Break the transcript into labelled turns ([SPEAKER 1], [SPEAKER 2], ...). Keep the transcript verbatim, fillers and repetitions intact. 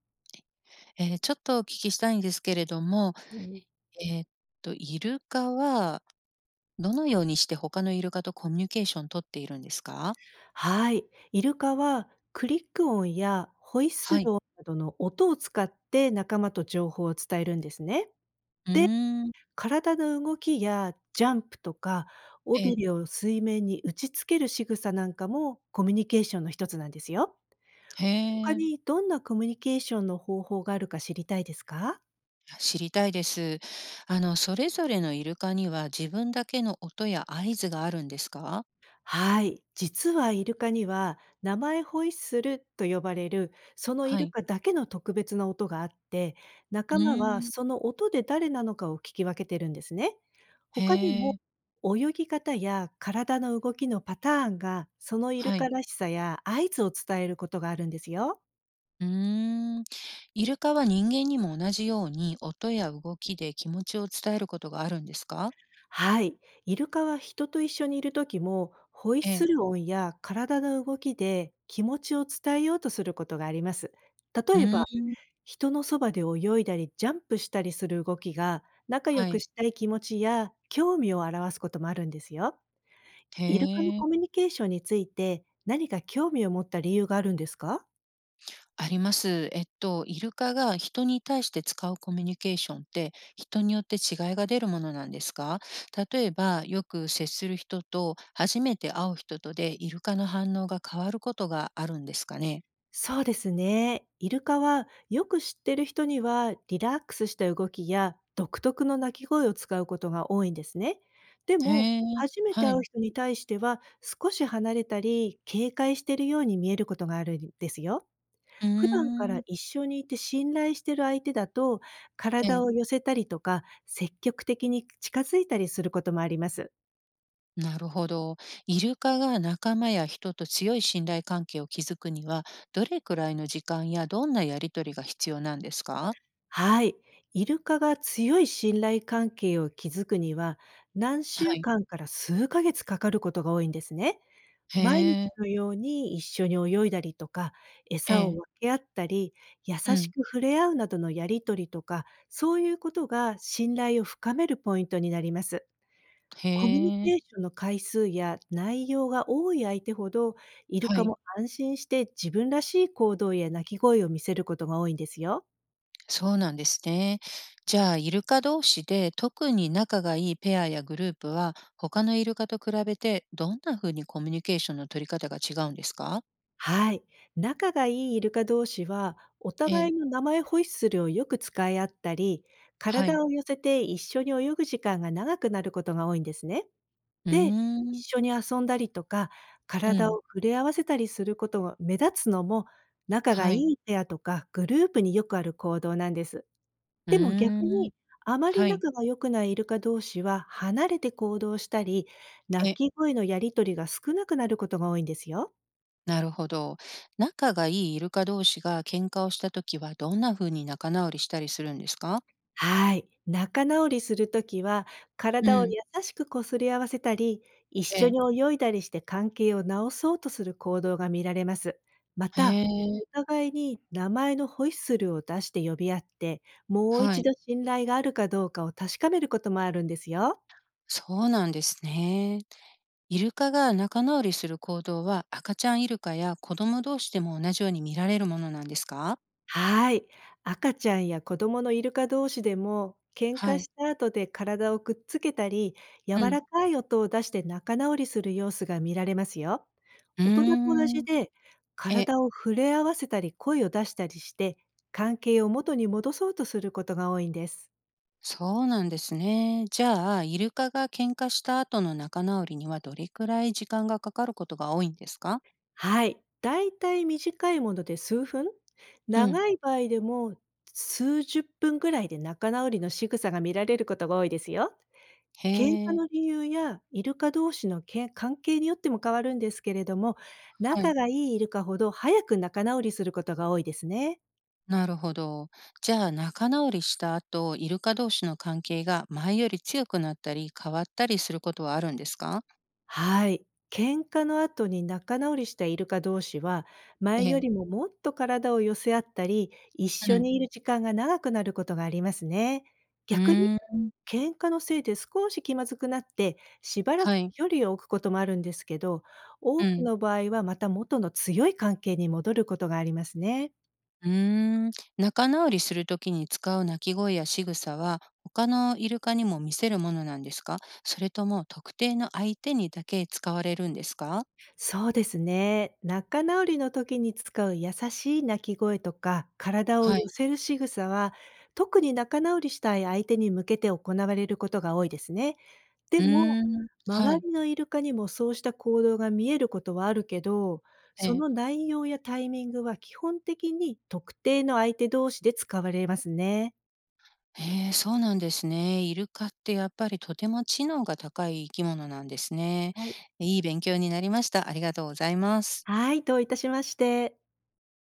[SPEAKER 1] えーちょっとお聞きしたいんですけれども、
[SPEAKER 2] うん、
[SPEAKER 1] えーっと、イルカはどのようにして他のイルカとコミュニケーション取っているんですか？
[SPEAKER 2] はい。イルカはクリック音やホイッス
[SPEAKER 1] はい。
[SPEAKER 2] ル音などの音を使って、仲間と情報を伝えるんですね。
[SPEAKER 1] うーん。
[SPEAKER 2] 体の動きやジャンプとか、尾
[SPEAKER 1] え
[SPEAKER 2] び
[SPEAKER 1] ー。
[SPEAKER 2] れを水面に打ちつける仕草なんかも、コミュニケーションの一つなんですよ。
[SPEAKER 1] へ
[SPEAKER 2] 他
[SPEAKER 1] え。
[SPEAKER 2] にどんなコミュニケーションの方法があるか知りたいですか？
[SPEAKER 1] 知りたいです。あの、それぞれのイルカには自分だけの音や合図があるんですか？
[SPEAKER 2] はい。実はイルカには名前ホイッスルと呼ばれる、そのイ
[SPEAKER 1] は
[SPEAKER 2] ル
[SPEAKER 1] い。
[SPEAKER 2] カだけの特別な音があって、
[SPEAKER 1] う
[SPEAKER 2] 仲間は
[SPEAKER 1] ーん。
[SPEAKER 2] その音で誰なのかを聞き分けてるんですね。他に
[SPEAKER 1] へ
[SPEAKER 2] も、
[SPEAKER 1] え。
[SPEAKER 2] 泳ぎ方や体の動きのパターンが、そのイル
[SPEAKER 1] はい。
[SPEAKER 2] カらしさや合図を伝えることがあるんですよ。
[SPEAKER 1] うーん。イルカは人間にも同じように音や動きで気持ちを伝えることがあるんですか？
[SPEAKER 2] はい。イルカは人と一緒にいる時も、ホイッ
[SPEAKER 1] え
[SPEAKER 2] ス
[SPEAKER 1] え。
[SPEAKER 2] ル音や体の動きで気持ちを伝えようとすることがあります。
[SPEAKER 1] う
[SPEAKER 2] 例え
[SPEAKER 1] ー
[SPEAKER 2] ば、
[SPEAKER 1] ん。
[SPEAKER 2] 人のそばで泳いだりジャンプしたりする動きが、仲良
[SPEAKER 1] は
[SPEAKER 2] く
[SPEAKER 1] い。
[SPEAKER 2] したい気持ちや興味を表すこともあるんですよ。
[SPEAKER 1] へ
[SPEAKER 2] イルカの
[SPEAKER 1] え。
[SPEAKER 2] コミュニケーションについて、何か興味を持った理由があるんですか？
[SPEAKER 1] あります。えっと、イルカが人に対して使うコミュニケーションって、人によって違いが出るものなんですか？例えば、よく接する人と初めて会う人とで、イルカの反応が変わることがあるんですかね？
[SPEAKER 2] そうですね。イルカはよく知ってる人には、リラックスした動きや独特の鳴き声を使うことが多いんですね。で
[SPEAKER 1] へ
[SPEAKER 2] も、
[SPEAKER 1] え、
[SPEAKER 2] 初めて
[SPEAKER 1] は
[SPEAKER 2] 会う
[SPEAKER 1] い。
[SPEAKER 2] 人に対しては、少し離れたり警戒しているように見えることがあるんですよ。
[SPEAKER 1] うー
[SPEAKER 2] 普段から
[SPEAKER 1] ん、
[SPEAKER 2] 一緒にいて信頼してる相手だと、
[SPEAKER 1] え
[SPEAKER 2] 体
[SPEAKER 1] え、
[SPEAKER 2] を寄せたりとか、積極的に近づいたりすることもあります。
[SPEAKER 1] なるほど。イルカが仲間や人と強い信頼関係を築くには、どれくらいの時間やどんなやりとりが必要なんですか？
[SPEAKER 2] はい。イルカが強い信頼関係を築くには、何
[SPEAKER 1] は
[SPEAKER 2] 週
[SPEAKER 1] い。
[SPEAKER 2] 間から数ヶ月かかることが多いんですね。
[SPEAKER 1] へ
[SPEAKER 2] 毎日
[SPEAKER 1] え、
[SPEAKER 2] のように一緒に泳いだりとか、
[SPEAKER 1] え
[SPEAKER 2] 餌を
[SPEAKER 1] え、
[SPEAKER 2] 分け合ったり、優
[SPEAKER 1] う
[SPEAKER 2] し
[SPEAKER 1] ん。
[SPEAKER 2] く触れ合うなどのやりとりとか、そういうことが信頼を深めるポイントになります。
[SPEAKER 1] へ
[SPEAKER 2] コミュニ
[SPEAKER 1] え、
[SPEAKER 2] ケーションの回数や内容が多い相手ほど、イル
[SPEAKER 1] は
[SPEAKER 2] カ
[SPEAKER 1] い。
[SPEAKER 2] も安心して自分らしい行動や鳴き声を見せることが多いんですよ。
[SPEAKER 1] そうなんですね。じゃあ、イルカ同士で特に仲がいいペアやグループは、他のイルカと比べてどんな風にコミュニケーションの取り方が違うんですか？
[SPEAKER 2] はい。仲がいいイルカ同士は、お
[SPEAKER 1] え
[SPEAKER 2] 互い
[SPEAKER 1] え、
[SPEAKER 2] の名前ホイッスルをよく使い合ったり、
[SPEAKER 1] はい。
[SPEAKER 2] 体を寄せて一緒に泳ぐ時間が長くなることが多いんですね。
[SPEAKER 1] うー
[SPEAKER 2] で、
[SPEAKER 1] ん、
[SPEAKER 2] 一緒に遊んだりとか、
[SPEAKER 1] う
[SPEAKER 2] 体
[SPEAKER 1] ん、
[SPEAKER 2] を触れ合わせたりすることが目立つのも、仲が
[SPEAKER 1] は
[SPEAKER 2] い
[SPEAKER 1] い。
[SPEAKER 2] いペアとかグループによくある行動なんです。
[SPEAKER 1] う
[SPEAKER 2] でも逆
[SPEAKER 1] ーん、
[SPEAKER 2] に、あまり
[SPEAKER 1] はい。
[SPEAKER 2] 仲が良くないイルカ同士は、離れて行動したり、鳴
[SPEAKER 1] え、
[SPEAKER 2] き声のやりとりが少なくなることが多いんですよ。
[SPEAKER 1] なるほど。仲がいいイルカ同士が喧嘩をしたときは、どんな風に仲直りしたりするんですか？
[SPEAKER 2] はい。仲直りするときは、
[SPEAKER 1] う
[SPEAKER 2] 体を
[SPEAKER 1] ん、
[SPEAKER 2] 優しくこすり合わせたり、一
[SPEAKER 1] え
[SPEAKER 2] 緒
[SPEAKER 1] え、
[SPEAKER 2] に泳いだりして、関係を直そうとする行動が見られます。ま
[SPEAKER 1] へ
[SPEAKER 2] た、
[SPEAKER 1] え、
[SPEAKER 2] お互いに名前のホイッスルを出して呼び合って、もう
[SPEAKER 1] は
[SPEAKER 2] 一
[SPEAKER 1] い。
[SPEAKER 2] 度信頼があるかどうかを確かめることもあるんですよ。
[SPEAKER 1] そうなんですね。イルカが仲直りする行動は赤ちゃんイルカや子供同士でも同じように見られるものなんですか？
[SPEAKER 2] はい。赤ちゃんや子供のイルカ同士でも、喧
[SPEAKER 1] は
[SPEAKER 2] 嘩
[SPEAKER 1] い。
[SPEAKER 2] した後で体をくっつけたり、柔
[SPEAKER 1] うん。
[SPEAKER 2] らかい音を出して仲直りする様子が見られますよ。
[SPEAKER 1] うー
[SPEAKER 2] 大人と同じ
[SPEAKER 1] ん。
[SPEAKER 2] で、
[SPEAKER 1] え、
[SPEAKER 2] 体を触れ合わせたり声を出したりして、関係を元に戻そうとすることが多いんです。
[SPEAKER 1] そうなんですね。じゃあ、イルカが喧嘩した後の仲直りにはどれくらい時間がかかることが多いんですか？
[SPEAKER 2] はい。だいたい短いもので数分、
[SPEAKER 1] うん。
[SPEAKER 2] 長い場合でも数十分ぐらいで、仲直りの仕草が見られることが多いですよ。
[SPEAKER 1] へ
[SPEAKER 2] 喧嘩
[SPEAKER 1] え。
[SPEAKER 2] の理由やイルカ同士のけん関係によっても変わるんですけれども、
[SPEAKER 1] は
[SPEAKER 2] 仲
[SPEAKER 1] い。
[SPEAKER 2] がいいイルカほど早く仲直りすることが多いですね。
[SPEAKER 1] なるほど。じゃあ、仲直りした後、イルカ同士の関係が前より強くなったり変わったりすることはあるんですか？
[SPEAKER 2] はい。喧嘩の後に仲直りしたイルカ同士は、
[SPEAKER 1] え
[SPEAKER 2] 前よ
[SPEAKER 1] え。
[SPEAKER 2] りももっと体を寄せ合ったり、一
[SPEAKER 1] う
[SPEAKER 2] 緒
[SPEAKER 1] ん。
[SPEAKER 2] にいる時間が長くなることがありますね。
[SPEAKER 1] う
[SPEAKER 2] 逆に、
[SPEAKER 1] ーん。
[SPEAKER 2] 喧嘩のせいで少し気まずくなって、しばらく
[SPEAKER 1] はい。
[SPEAKER 2] 距離を置くこともあるんですけど、多
[SPEAKER 1] う
[SPEAKER 2] く
[SPEAKER 1] ん。
[SPEAKER 2] の場合はまた元の強い関係に戻ることがありますね。
[SPEAKER 1] うーん、仲直りするときに使う鳴き声や仕草は、他のイルカにも見せるものなんですか？それとも特定の相手にだけ使われるんですか？
[SPEAKER 2] そうですね。仲直りの時に使う優しい鳴き声とか、体を
[SPEAKER 1] は
[SPEAKER 2] 寄
[SPEAKER 1] い。
[SPEAKER 2] せる仕草は、特に仲直りしたい相手に向けて行われることが多いですね。で
[SPEAKER 1] う
[SPEAKER 2] も、
[SPEAKER 1] ーん、は
[SPEAKER 2] 周
[SPEAKER 1] い。
[SPEAKER 2] りのイルカにもそうした行動が見えることはあるけど、
[SPEAKER 1] え
[SPEAKER 2] そ
[SPEAKER 1] え。
[SPEAKER 2] の内容やタイミングは基本的に特定の相手同士で使われますね。
[SPEAKER 1] え、そうなんですね。イルカってやっぱりとても知能が高い生き物なんですね。
[SPEAKER 2] はい。
[SPEAKER 1] いい勉強になりました。ありがとうございます。
[SPEAKER 2] はい、どういたしまして。